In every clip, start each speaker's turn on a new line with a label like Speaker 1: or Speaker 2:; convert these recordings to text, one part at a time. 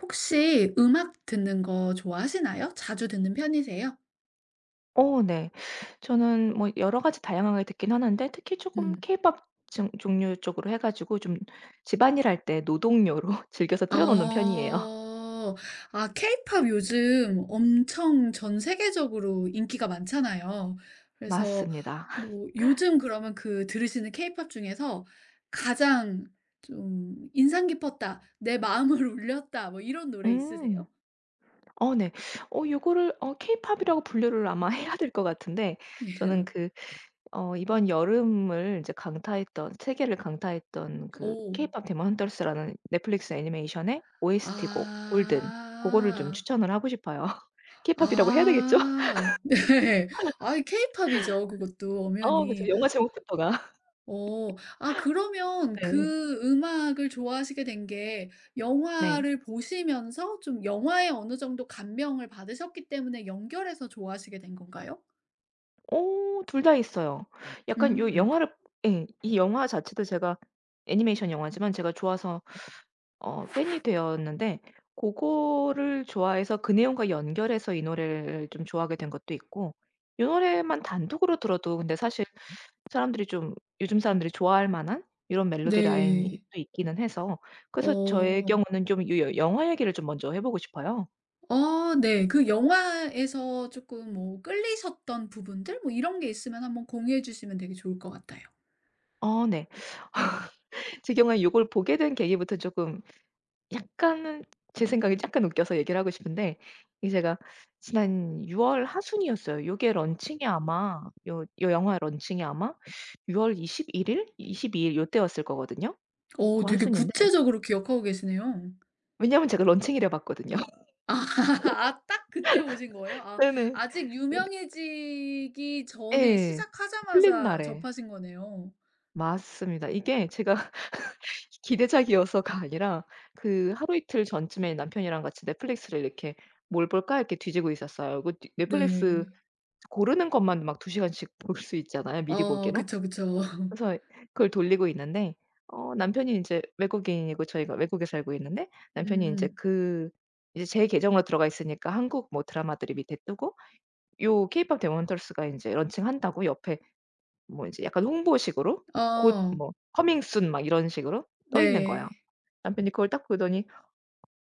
Speaker 1: 혹시 음악 듣는 거 좋아하시나요? 자주 듣는 편이세요?
Speaker 2: 어 네. 저는 뭐 여러 가지 다양하게 듣긴 하는데 특히 조금
Speaker 1: 음.
Speaker 2: 케이팝 중 종류 쪽으로 해 가지고 좀 집안일 할 때 노동요로 즐겨서 틀어 놓는 편이에요.
Speaker 1: 어. 아 케이팝 요즘 엄청 전 세계적으로 인기가 많잖아요. 그래서
Speaker 2: 맞습니다.
Speaker 1: 뭐 요즘 그러면 그 들으시는 케이팝 중에서 가장 좀 '인상 깊었다. 내 마음을 울렸다.' 뭐 이런 노래
Speaker 2: 음.
Speaker 1: 있으세요?
Speaker 2: 어 네. 요거를 케이팝이라고 분류를 아마 해야 될 것 같은데,
Speaker 1: 예.
Speaker 2: 저는 그 이번 여름을 이제 강타했던, 세계를 강타했던 그
Speaker 1: 오.
Speaker 2: 케이팝 데몬 헌터스라는 넷플릭스 애니메이션의 OST 곡 골든, 고거를 좀
Speaker 1: 아.
Speaker 2: 추천을 하고 싶어요. 케이팝이라고 해야 되겠죠?
Speaker 1: 아. 네. 아 케이팝이죠 그것도
Speaker 2: 어 그쵸.
Speaker 1: 엄연히.
Speaker 2: 영화 제목부터가.
Speaker 1: 어. 아 그러면
Speaker 2: 네.
Speaker 1: 그 음악을 좋아하시게 된 게
Speaker 2: 네.
Speaker 1: 영화를 보시면서 좀 영화에 어느 정도 감명을 받으셨기 때문에 연결해서 좋아하시게 된 건가요?
Speaker 2: 둘 다 있어요. 약간 요
Speaker 1: 음.
Speaker 2: 영화를, 예, 이 영화 자체도 제가 애니메이션 영화지만 제가 좋아서 팬이 되었는데, 고거를 좋아해서 그 내용과 연결해서 이 노래를 좀 좋아하게 된 것도 있고, 요 노래만 단독으로 들어도 근데 사실 사람들이 좀, 요즘 사람들이 좋아할 만한 이런 멜로디 라인이
Speaker 1: 네.
Speaker 2: 또 있기는 해서. 그래서 저의
Speaker 1: 어.
Speaker 2: 경우는 좀 요 여 영화 얘기를 좀 먼저 해 보고 싶어요.
Speaker 1: 아 네. 그 영화에서 조금 뭐 끌리셨던 부분들 뭐 이런 게 있으면 한번 공유해 주시면 되게 좋을 것 같아요.
Speaker 2: 어 네. 제 경우에 요걸 보게 된 계기부터 조금, 약간은 제 생각이 약간 웃겨서 얘기를 하고 싶은데, 이 제가 지난 6월 하순이었어요. 요게 런칭이 아마, 요 영화 런칭이 아마 6월 21 일, 22 일 요때였을 거거든요.
Speaker 1: 어
Speaker 2: 그
Speaker 1: 되게
Speaker 2: 하순인데,
Speaker 1: 구체적으로 기억하고 계시네요.
Speaker 2: 왜냐면 제가 런칭이라 봤거든요.
Speaker 1: 아 딱 그때 오신 거예요? 아
Speaker 2: 네네.
Speaker 1: 아직
Speaker 2: 근데
Speaker 1: 유명해지기 전에
Speaker 2: 예. 풀린
Speaker 1: 시작하자마자
Speaker 2: 날에.
Speaker 1: 접하신 거네요.
Speaker 2: 맞습니다. 이게 제가 기대작이어서가 아니라, 그 하루 이틀 전쯤에 남편이랑 같이 넷플릭스를 이렇게 '뭘 볼까?' 이렇게 뒤지고 있었어요. 그 뒤 넷플릭스
Speaker 1: 네.
Speaker 2: 고르는 것만 막 두 시간씩 볼 수 있잖아요, 미리
Speaker 1: 어
Speaker 2: 보기로.
Speaker 1: 그쵸, 그쵸.
Speaker 2: 그래서 그걸 돌리고 있는데, 어 남편이 인제 외국인이고 저희가 외국에 살고 있는데, 남편이 인제
Speaker 1: 음.
Speaker 2: 그, 이제 제 계정으로 들어가 있으니까 한국 뭐 드라마들이 밑에 뜨고, 요 케이팝 데몬터스가 인제 런칭한다고 옆에 뭐 인제 약간 홍보식으로 곧
Speaker 1: 어
Speaker 2: 뭐 커밍 순 막 이런 식으로 떠 있는 거예요.
Speaker 1: 네.
Speaker 2: 남편이 그걸 딱 보더니,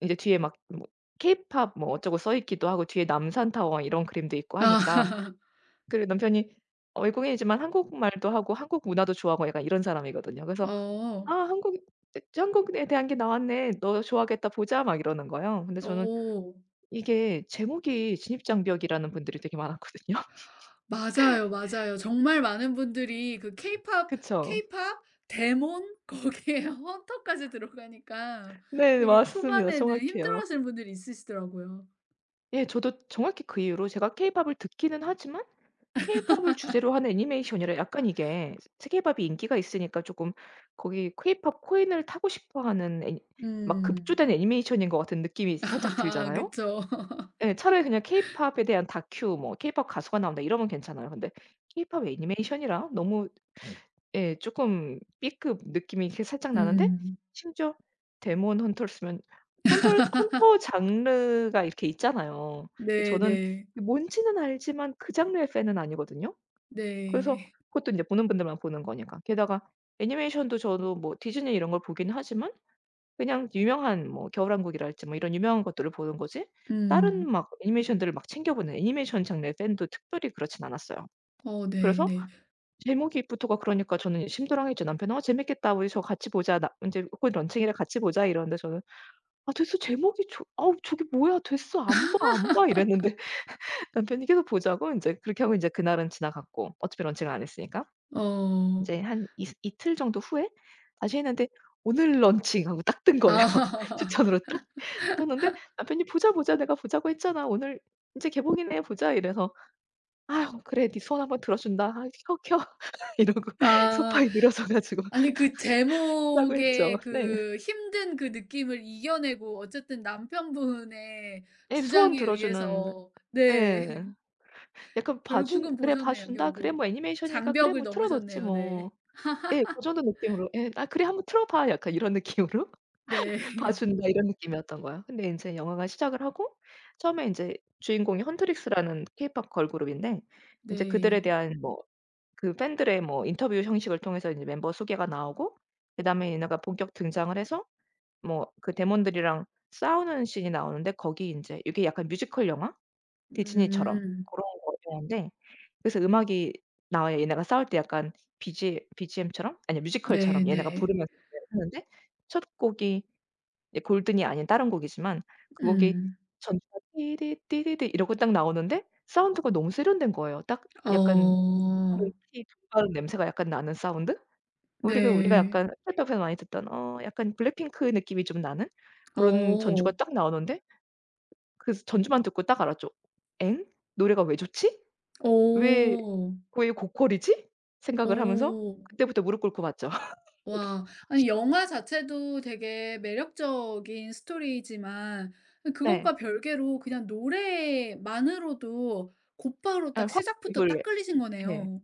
Speaker 2: 이제 뒤에 막 뭐 케이팝 뭐 어쩌고 써 있기도 하고 뒤에 남산타워 이런 그림도 있고 하니까.
Speaker 1: 아
Speaker 2: 그리고 남편이 어 외국인이지만 한국말도 하고 한국 문화도 좋아하고 약간 이런 사람이거든요. 그래서
Speaker 1: 어.
Speaker 2: "아 한국에 대한 게 나왔네. 너 좋아하겠다. 보자." 막 이러는 거예요. 근데 저는
Speaker 1: 오
Speaker 2: 이게 제목이 진입장벽이라는 분들이 되게 많았거든요.
Speaker 1: 맞아요, 맞아요. 정말 많은 분들이 그 케이팝
Speaker 2: 그쵸.
Speaker 1: 케이팝 데몬 거기에 헌터까지 들어가니까
Speaker 2: 네
Speaker 1: 되게
Speaker 2: 맞습니다.
Speaker 1: 초반에는
Speaker 2: 정확해요.
Speaker 1: 힘들어하시는 분들이 있으시더라고요.
Speaker 2: 예 저도 정확히 그 이후로 제가 케이팝을 듣기는 하지만, 케이팝을 주제로 한 애니메이션이라 약간 이게 세계팝이 인기가 있으니까 조금 거기 케이팝 코인을 타고 싶어 하는 애니, 막
Speaker 1: 음.
Speaker 2: 급조된 애니메이션인 것 같은 느낌이 살짝
Speaker 1: 아
Speaker 2: 들잖아요.
Speaker 1: 그쵸.
Speaker 2: 예. 차라리 그냥 케이팝에 대한 다큐 뭐 케이팝 가수가 나온다 이러면 괜찮아요. 근데 케이팝 애니메이션이라 너무, 예 조금 B급 느낌이 이렇게 살짝 나는데,
Speaker 1: 음.
Speaker 2: 심지어 데몬 헌터스면 헌터 헌터 장르가 이렇게 있잖아요. 근데 저는
Speaker 1: 네네.
Speaker 2: 뭔지는 알지만 그 장르의 팬은 아니거든요. 그래서
Speaker 1: 네.
Speaker 2: 그것도 이제 보는 분들만 보는 거니까. 게다가 애니메이션도 저도 뭐 디즈니 이런 걸 보긴 하지만 그냥 유명한 뭐 겨울왕국이랄지 뭐 이런 유명한 것들을 보는 거지 다른
Speaker 1: 음.
Speaker 2: 막 애니메이션들을 막 챙겨보는 애니메이션 장르의 팬도 특별히 그렇진 않았어요.
Speaker 1: 어
Speaker 2: 그래서
Speaker 1: 네네.
Speaker 2: 제목부터가 그러니까 저는 심드렁했죠. 남편은 "어 재밌겠다. 우리 저거 같이 보자. 나 인제 곧 런칭이라 같이 보자." 이러는데 저는 "아 됐어. 제목이 저 아우 저게 뭐야. 됐어. 안 봐, 안 봐." 이랬는데, 남편이 계속 보자고 인제 그렇게 하고 인제 그날은 지나갔고 어차피 런칭을 안 했으니까.
Speaker 1: 어.
Speaker 2: 인제 한 이 이틀 정도 후에 다시 했는데 "오늘 런칭." 하고 딱 뜬 거예요.
Speaker 1: 아.
Speaker 2: 추천으로 딱 떴는데, 남편이 "보자, 보자. 내가 보자고 했잖아. 오늘 인제 개봉이네. 보자." 이래서 "아유 그래. 네 소원 한번 들어준다. 아 켜, 켜." 이러고
Speaker 1: 아.
Speaker 2: 소파에 늘어져 가지고
Speaker 1: 아니 그
Speaker 2: 보라고 했죠.
Speaker 1: 제목의
Speaker 2: 네.
Speaker 1: 그 힘든 그 느낌을 이겨내고 어쨌든 남편분의
Speaker 2: 예 소원
Speaker 1: 주장에
Speaker 2: 들어주는,
Speaker 1: 의해서 네.
Speaker 2: 예, 약간 봐준,
Speaker 1: 결국은
Speaker 2: '그래 봐
Speaker 1: 보셨네요,
Speaker 2: 준다. 그래
Speaker 1: 결국.
Speaker 2: 뭐 애니메이션이니까 그래
Speaker 1: 장벽을
Speaker 2: 뭐 틀어 놓지
Speaker 1: 넘으셨네요. 네.
Speaker 2: 뭐.' 예. 고 정도 느낌으로. 예. "아 그래 한번 틀어 봐." 약간 이런 느낌으로
Speaker 1: 네.
Speaker 2: 봐준다 이런 느낌이었던 거야. 근데 인제 영화가 시작을 하고, 처음에 인제 주인공이 헌트릭스라는 케이팝 걸그룹인데, 인제 그들에
Speaker 1: 네.
Speaker 2: 대한 뭐 그 팬들의 뭐 인터뷰 형식을 통해서 이제 멤버 소개가 나오고, 그다음에 얘네가 본격 등장을 해서 뭐 그 데몬들이랑 싸우는 씬이 나오는데, 거기 인제 이게 약간 뮤지컬 영화? 디즈니처럼
Speaker 1: 음.
Speaker 2: 고런 거였는데. 그래서 음악이 나와요. 얘네가 싸울 때 약간 BG BGM처럼, 아니 뮤지컬처럼 얘네가
Speaker 1: 네네.
Speaker 2: 부르면서 노래를 하는데, 첫 곡이 이제 골든이 아닌 다른 곡이지만, 그 곡이
Speaker 1: 음.
Speaker 2: 전주가 띠디띠리디 이러고 딱 나오는데 사운드가 너무 세련된 거예요. 딱, 약간
Speaker 1: 어.
Speaker 2: 그런 티돌바냄새가 약간 나는 사운드? 우리가
Speaker 1: 네.
Speaker 2: 약간 팝에서 많이 듣던 어 약간 블랙핑크 느낌이 좀 나는 그런
Speaker 1: 어.
Speaker 2: 전주가 딱 나오는데, 그 전주만 듣고 딱 알았죠. '엥? 노래가 왜 좋지? 왜
Speaker 1: 어.
Speaker 2: 왜 고퀄이지?' 생각을 하면서
Speaker 1: 어.
Speaker 2: 그때부터 무릎 꿇고 봤죠.
Speaker 1: 와. 아니 영화 자체도 되게 매력적인 스토리이지만
Speaker 2: 네.
Speaker 1: 그것과 별개로 그냥 노래만으로도 곧바로
Speaker 2: 예
Speaker 1: 딱
Speaker 2: 확
Speaker 1: 시작부터 딱
Speaker 2: 입을,
Speaker 1: 끌리신
Speaker 2: 예,
Speaker 1: 거네요.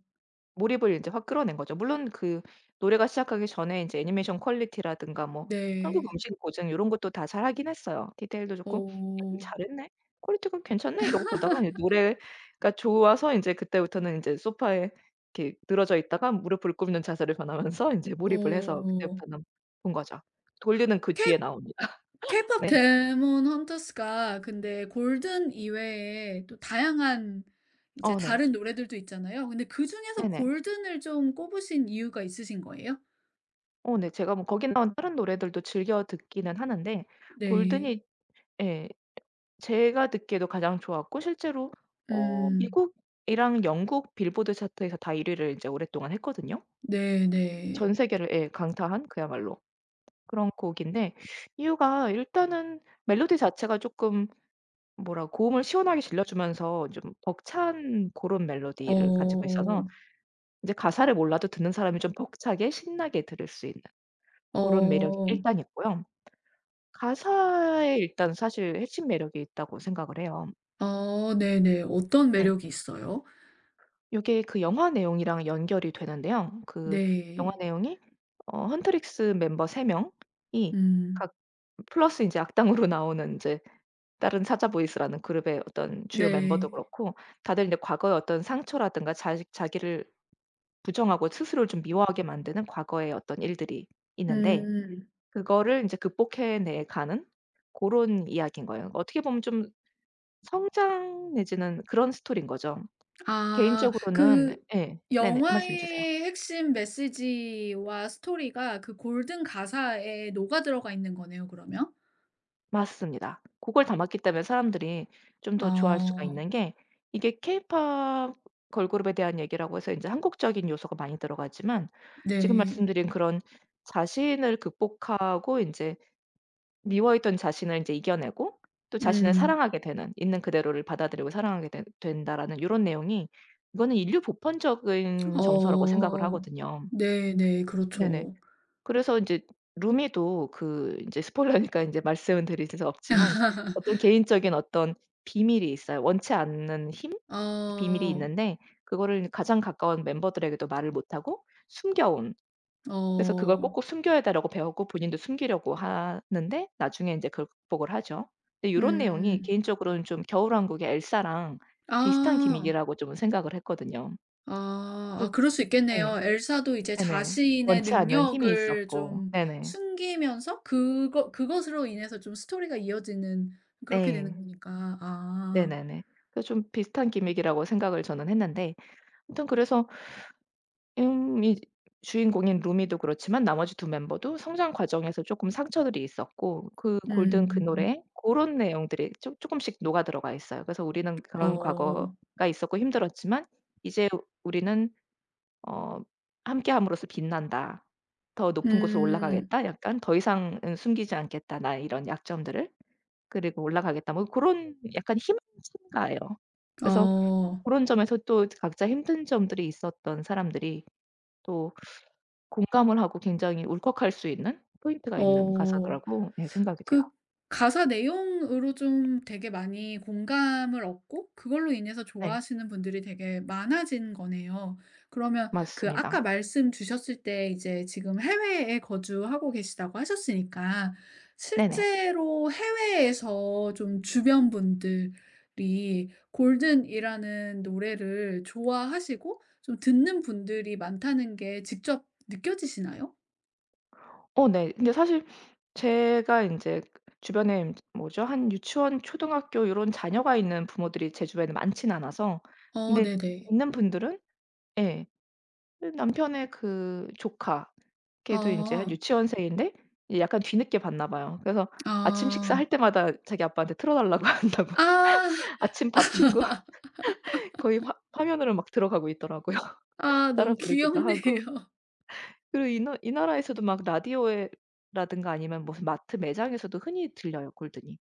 Speaker 2: 몰입을 인제 확 끌어낸 거죠. 물론 그 노래가 시작하기 전에 인제 애니메이션 퀄리티라든가 뭐 한국
Speaker 1: 네.
Speaker 2: 음식 고증 요런 것도 다 잘하긴 했어요. 디테일도 좋고 '야 이거
Speaker 1: 어.
Speaker 2: 잘했네. 퀄리티가 괜찮네.' 이러고 보다가 이제 노래가 좋아서 인제 그때부터는 인제 소파에 이렇게 늘어져 있다가 무릎을 꿇는 자세를 변하면서 인제 몰입을 해서
Speaker 1: 어.
Speaker 2: 그때부터는 본 거죠. 돌리는 그
Speaker 1: 케이
Speaker 2: 뒤에 나옵니다.
Speaker 1: 케이팝
Speaker 2: 네.
Speaker 1: 데몬 헌터스가 근데 골든 이외에 또 다양한 이제
Speaker 2: 어 네.
Speaker 1: 다른 노래들도 있잖아요. 근데 그중에서
Speaker 2: 네네.
Speaker 1: 골든을 좀 꼽으신 이유가 있으신 거예요?
Speaker 2: 어 네. 제가 뭐 거기 나온 다른 노래들도 즐겨 듣기는 하는데
Speaker 1: 네.
Speaker 2: 골든이, 예, 제가 듣기에도 가장 좋았고, 실제로
Speaker 1: 음.
Speaker 2: 미국이랑 영국 빌보드 차트에서 다 1 위를 이제 오랫동안 했거든요.
Speaker 1: 네네.
Speaker 2: 전 세계를 예 강타한 그야말로 그런 곡인데, 이유가 일단은 멜로디 자체가 쪼끔 뭐라, 고음을 시원하게 질러주면서 좀 벅찬 고런 멜로디를 가지고
Speaker 1: 어.
Speaker 2: 있어서 이제 가사를 몰라도 듣는 사람이 좀 벅차게 신나게 들을 수 있는 고런 매력이
Speaker 1: 어.
Speaker 2: 일단 있고요. 가사에 일단 사실 핵심 매력이 있다고 생각을 해요.
Speaker 1: 어 네네. 어떤
Speaker 2: 네.
Speaker 1: 매력이 있어요?
Speaker 2: 요게 그 영화 내용이랑 연결이 되는데요. 그 영화
Speaker 1: 네.
Speaker 2: 내용이 헌트릭스 멤버 3 명이
Speaker 1: 음.
Speaker 2: 각, 플러스 인제 악당으로 나오는 인제 다른 사자보이스라는 그룹의 어떤 주요 멤버도
Speaker 1: 네.
Speaker 2: 그렇고, 다들 인제 과거의 어떤 상처라든가 자식 자기를 부정하고 스스로를 좀 미워하게 만드는 과거의 어떤 일들이 있는데,
Speaker 1: 음.
Speaker 2: 그거를 인제 극복해 내 가는 고런 이야기인 거예요. 어떻게 보면 좀 성장 내지는 그런 스토리인 거죠.
Speaker 1: 아
Speaker 2: 개인적으로는
Speaker 1: 그
Speaker 2: 예. 네네. 말씀해 주세요.
Speaker 1: 영화의 핵심 메시지와 스토리가 그 골든 가사에 녹아들어가 있는 거네요 그러면?
Speaker 2: 맞습니다. 그걸 담았기 때문에 사람들이 좀 더 좋아할 수가
Speaker 1: 아
Speaker 2: 있는 게, 이게 케이팝 걸그룹에 대한 얘기라고 해서 인제 한국적인 요소가 많이 들어가지만 지금
Speaker 1: 네.
Speaker 2: 말씀드린 그런, 자신을 극복하고 인제 미워했던 자신을 인제 이겨내고 또 자신을
Speaker 1: 음.
Speaker 2: 사랑하게 되는, 있는 그대로를 받아들이고 사랑하게 된 된다라는 요런 내용이, 이거는 인류 보편적인 정서라고 생각을
Speaker 1: 어.
Speaker 2: 하거든요.
Speaker 1: 네네.
Speaker 2: 네네.
Speaker 1: 그렇죠.
Speaker 2: 그래서 인제 루미도 그, 인제 스포일러니까 인제 말씀드릴 수 없지만 어떤 개인적인 어떤 비밀이 있어요. 원치 않는 힘? 비밀이
Speaker 1: 어.
Speaker 2: 있는데, 그거를 가장 가까운 멤버들에게도 말을 못 하고 숨겨온, 그래서 그걸
Speaker 1: 어.
Speaker 2: 꼭꼭 숨겨야 되라고 배웠고 본인도 숨기려고 하는데 나중에 인제 그걸 극복을 하죠. 근데 요런 내용이
Speaker 1: 음.
Speaker 2: 개인적으로는 좀 겨울왕국의 엘사랑 비슷한
Speaker 1: 아.
Speaker 2: 기믹이라고 좀 생각을 했거든요.
Speaker 1: 아. 아
Speaker 2: 그래서
Speaker 1: 그럴 수
Speaker 2: 예.
Speaker 1: 있겠네요. 엘사도 이제
Speaker 2: 네네.
Speaker 1: 자신의
Speaker 2: 원치 않는 힘이
Speaker 1: 능력을
Speaker 2: 있었고.
Speaker 1: 좀
Speaker 2: 네네.
Speaker 1: 숨기면서 그거 그것으로 인해서 좀 스토리가 이어지는 그렇게 되는
Speaker 2: 네.
Speaker 1: 거니까. 아.
Speaker 2: 네네네. 그 좀 비슷한 기믹이라고 생각을 저는 했는데, 아무튼 그래서 이 주인공인 루미도 그렇지만 나머지 두 멤버도 성장 과정에서 쪼끔 상처들이 있었고 그
Speaker 1: 음.
Speaker 2: 골든 그 노래에 고런 내용들이 쪼 쪼끔씩 녹아 들어가 있어요. 그래서 우리는 그런
Speaker 1: 어.
Speaker 2: 과거가 있었고 힘들었지만 이제 우리는 어 '함께함으로써 빛난다. 더 높은 곳으로
Speaker 1: 음.
Speaker 2: 올라가겠다.' 약간 '더 이상은 숨기지 않겠다 나의 이런 약점들을.' 그리고 올라가겠다. 뭐 그런 약간 희망찬가예요. 그래서
Speaker 1: 어.
Speaker 2: 그런 점에서 또 각자 힘든 점들이 있었던 사람들이 또 공감을 하고 굉장히 울컥할 수 있는 포인트가 있는
Speaker 1: 어.
Speaker 2: 가사더라고 예 생각이 돼요.
Speaker 1: 그 가사 내용으로 좀 되게 많이 공감을 얻고 그걸로 인해서
Speaker 2: 네.
Speaker 1: 좋아하시는 분들이 되게 많아진 거네요. 그러면 그 아까
Speaker 2: 맞습니다.
Speaker 1: 말씀 주셨을 때 이제 지금 해외에 거주하고 계시다고 하셨으니까
Speaker 2: 네네.
Speaker 1: 실제로 해외에서 좀 주변 분들이 골든이라는 노래를 좋아하시고 좀 듣는 분들이 많다는 게 직접 느껴지시나요?
Speaker 2: 어 네. 근데 사실 제가 인제 주변에 인제 뭐죠? 한 유치원, 초등학교 요런 자녀가 있는 부모들이 제 주변에 많진 않아서.
Speaker 1: 어
Speaker 2: 근데
Speaker 1: 네네.
Speaker 2: 있는 분들은, 예, 그 남편의 그 조카 걔도 인제 한
Speaker 1: 아.
Speaker 2: 유치원생인데 이 약간 뒤늦게 봤나 봐요. 그래서 아침
Speaker 1: 아.
Speaker 2: 식사할 때마다 자기 아빠한테 틀어 달라고 한다고.
Speaker 1: 아.
Speaker 2: 아침밥 친구 거의 화 화면으로 막 들어가고 있더라고요.
Speaker 1: 아
Speaker 2: 따라
Speaker 1: 너무
Speaker 2: 부르기도
Speaker 1: 귀엽네요.
Speaker 2: 하고. 그리고 이 나라에서도 막 라디오에 라든가 아니면 무슨 마트 매장에서도 흔히 들려요, 골든이.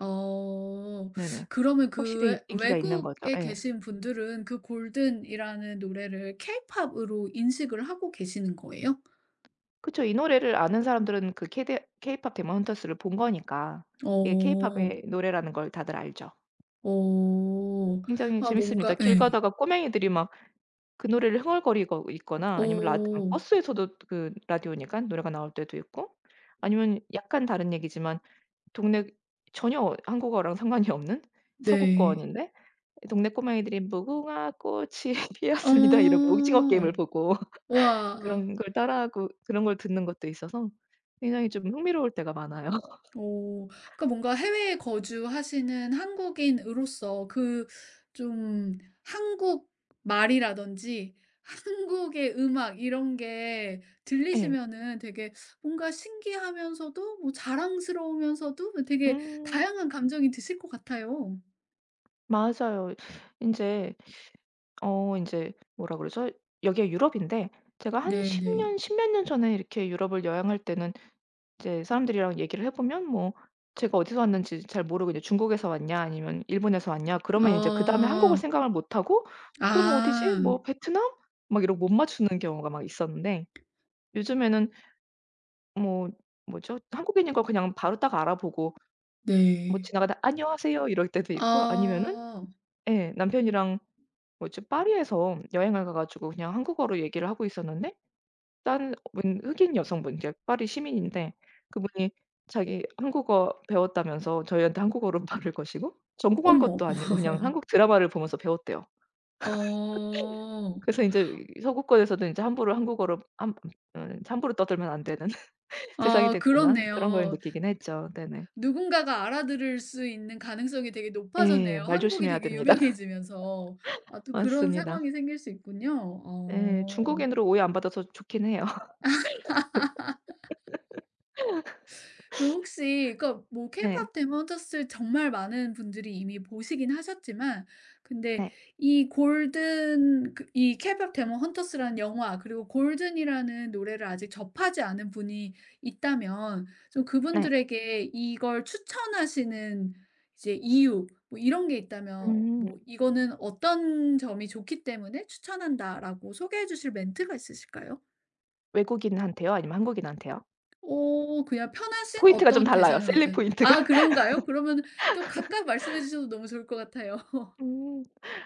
Speaker 1: 어.
Speaker 2: 네네.
Speaker 1: 그러면 그 외
Speaker 2: 확실히 인기가 있는 거죠.
Speaker 1: 외국에
Speaker 2: 예.
Speaker 1: 계신 분들은 그 골든이라는 노래를 케이팝으로 인식을 하고 계시는 거예요?
Speaker 2: 그쵸. 이 노래를 아는 사람들은 그 케데 케이팝 데몬 헌터스를 본 거니까 이게
Speaker 1: 어.
Speaker 2: 케이팝의 노래라는 걸 다들 알죠.
Speaker 1: 어.
Speaker 2: 굉장히
Speaker 1: 아
Speaker 2: 재밌습니다.
Speaker 1: 뭔가
Speaker 2: 길
Speaker 1: 예.
Speaker 2: 가다가 꼬맹이들이 막 그 노래를 흥얼거리고 있거나, 아니면 라
Speaker 1: 어.
Speaker 2: 버스에서도 그 라디오니까 노래가 나올 때도 있고, 아니면 약간 다른 얘기지만 동네, 전혀 한국어랑 상관이 없는
Speaker 1: 네.
Speaker 2: 서구권인데 동네 꼬맹이들이 "무궁화 꽃이 피었습니다." 이러고 오징어 게임을
Speaker 1: 어.
Speaker 2: 보고
Speaker 1: 와.
Speaker 2: 그런 걸 따라하고 그런 걸 듣는 것도 있어서 굉장히 좀 흥미로울 때가 많아요.
Speaker 1: 오 그러니까 뭔가 해외에 거주하시는 한국인으로서 그 좀 한국 말이라든지 한국의 음악 이런 게
Speaker 2: 예.
Speaker 1: 들리시면은 되게 뭔가 신기하면서도 뭐 자랑스러우면서도 뭐 되게
Speaker 2: 음
Speaker 1: 다양한 감정이 드실 것 같아요.
Speaker 2: 맞아요. 인제 어 인제 뭐라 그러죠? 여기가 유럽인데, 제가 한 10
Speaker 1: 네네.
Speaker 2: 년 10몇 년 전에 이렇게 유럽을 여행할 때는 이제 사람들이랑 얘기를 해 보면 뭐 제가 어디서 왔는지 잘 모르고 이제 "중국에서 왔냐?" 아니면 "일본에서 왔냐?" 그러면 인제 그다음에 한국을
Speaker 1: 아.
Speaker 2: 생각을 못 하고 '그럼 뭐 어디지?
Speaker 1: 아.
Speaker 2: 뭐 베트남?' 막 이러고 못 맞추는 경우가 막 있었는데, 요즘에는 뭐 뭐죠? 한국인인 걸 그냥 바로 딱 알아보고 뭐
Speaker 1: 네.
Speaker 2: 지나가다 "안녕하세요." 이럴 때도 있고, 아니면은
Speaker 1: 아.
Speaker 2: 예 남편이랑 뭐 지금 파리에서 여행을 가 가지고 그냥 한국어로 얘기를 하고 있었는데 다른 웬 흑인 여성분, 이제 파리 시민인데 그분이 자기 한국어 배웠다면서 저희한테 한국어로 말을 거시고. 전공한
Speaker 1: 어머.
Speaker 2: 것도 아니고 그냥 한국 드라마를 보면서 배웠대요.
Speaker 1: 어.
Speaker 2: 그래서 인제 이 서구권에서는 인제 함부로 한국어로 함 함부로 떠들면 안 되는 세상이
Speaker 1: 아
Speaker 2: 됐구나. 그런 걸
Speaker 1: 그렇네요.
Speaker 2: 느끼긴 했죠. 네네.
Speaker 1: 누군가가 알아들을 수 있는 가능성이 되게
Speaker 2: 예.
Speaker 1: 높아졌네요.
Speaker 2: 말
Speaker 1: 한국이
Speaker 2: 조심해야
Speaker 1: 되게
Speaker 2: 됩니다.
Speaker 1: 유명해지면서. 아 또 그런
Speaker 2: 맞습니다.
Speaker 1: 상황이 생길 수 있군요.
Speaker 2: 예.
Speaker 1: 어.
Speaker 2: 중국인으로 오해 안 받아서 좋긴 해요.
Speaker 1: 그럼 혹시 그러니까 뭐
Speaker 2: 네.
Speaker 1: 케이팝 데몬터스 정말 많은 분들이 이미 보시긴 하셨지만 근데
Speaker 2: 네.
Speaker 1: 이 골든 그 이 케이팝 데몬 헌터스라는 영화 그리고 골든이라는 노래를 아직 접하지 않은 분이 있다면 좀
Speaker 2: 네.
Speaker 1: 그분들에게 이걸 추천하시는 이제 이유 뭐 이런 게 있다면
Speaker 2: 음.
Speaker 1: 뭐 "이거는 어떤 점이 좋기 때문에 추천한다."라고 소개해 주실 멘트가 있으실까요?
Speaker 2: 외국인한테요? 아니면 한국인한테요?
Speaker 1: 오, 그냥 편하신
Speaker 2: 포인트가 좀
Speaker 1: 어떤
Speaker 2: 달라요, 셀링
Speaker 1: 대상으로든.
Speaker 2: 포인트가.
Speaker 1: 아 그런가요? 그러면 또 각각 말씀해 주셔도 너무 좋을 것 같아요.
Speaker 2: 음.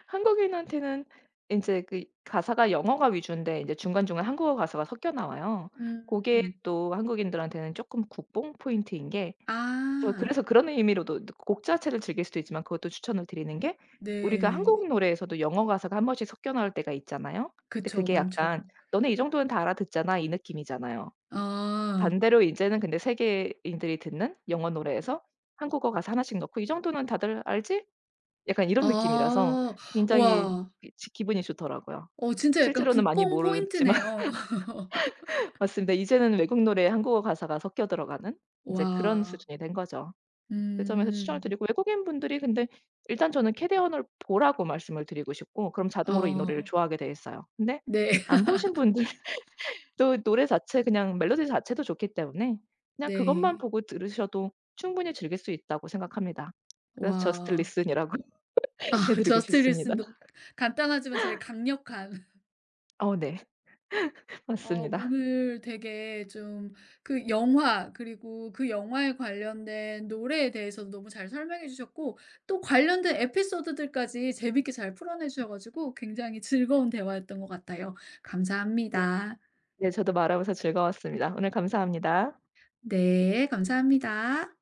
Speaker 2: 한국인한테는 인제 그 가사가 영어가 위주인데 인제 중간중간 한국어 가사가 섞여 나와요. 고게
Speaker 1: 음.
Speaker 2: 또 한국인들한테는 쪼끔 국뽕 포인트인 게, 저
Speaker 1: 아
Speaker 2: 그래서 그런 의미로도 곡 자체를 즐길 수도 있지만 그것도 추천을 드리는 게, 우리가
Speaker 1: 네.
Speaker 2: 한국 노래에서도 영어 가사가 한 번씩 섞여 나올 때가 있잖아요. 근데
Speaker 1: 그쵸.
Speaker 2: 그게
Speaker 1: 많죠.
Speaker 2: 약간 "너네 이 정도는 다 알아듣잖아." 이 느낌이잖아요.
Speaker 1: 아.
Speaker 2: 반대로 이제는 근데 세계인들이 듣는 영어 노래에서 한국어 가사 하나씩 넣고 '이 정도는 다들 알지?' 약간 이런 느낌이라서
Speaker 1: 아.
Speaker 2: 굉장히
Speaker 1: 와.
Speaker 2: 기 지 기분이 좋더라고요.
Speaker 1: 어 진짜 약간
Speaker 2: 실제로는 많이
Speaker 1: 국뽕
Speaker 2: 모르지만.
Speaker 1: 포인트네요.
Speaker 2: 맞습니다. 이제는 외국 노래에 한국어 가사가 섞여 들어가는 인제 그런
Speaker 1: 와.
Speaker 2: 수준이 된 거죠. 그 점에서 추천을
Speaker 1: 음.
Speaker 2: 드리고, 외국인분들이 근데 일단 저는 캐대언을 보라고 말씀을 드리고 싶고 그럼 자동으로 이 노래를
Speaker 1: 어.
Speaker 2: 좋아하게 돼 있어요. 근데
Speaker 1: 네.
Speaker 2: 안 보신 분들은 또 노래 자체 그냥 멜로디 자체도 좋기 때문에 그냥 그것만
Speaker 1: 네.
Speaker 2: 보고 들으셔도 충분히 즐길 수 있다고 생각합니다. 그래서 저스트
Speaker 1: 와.
Speaker 2: 리슨이라고
Speaker 1: 아
Speaker 2: 해 드리고
Speaker 1: 저스트
Speaker 2: 싶습니다.
Speaker 1: 리슨도 간단하지만 제일 강력한
Speaker 2: 어 네.
Speaker 1: 아,
Speaker 2: 맞습니다.
Speaker 1: 오늘 되게 좀 그 영화, 그리고 그 영화에 관련된 노래에 대해서도 너무 잘 설명해 주셨고, 또 관련된 에피소드들까지 재밌게 잘 풀어내 주셔가지고 굉장히 즐거운 대화였던 것 같아요. 감사합니다.
Speaker 2: 네 저도 말하면서 즐거웠습니다. 오늘 감사합니다.
Speaker 1: 네, 감사합니다.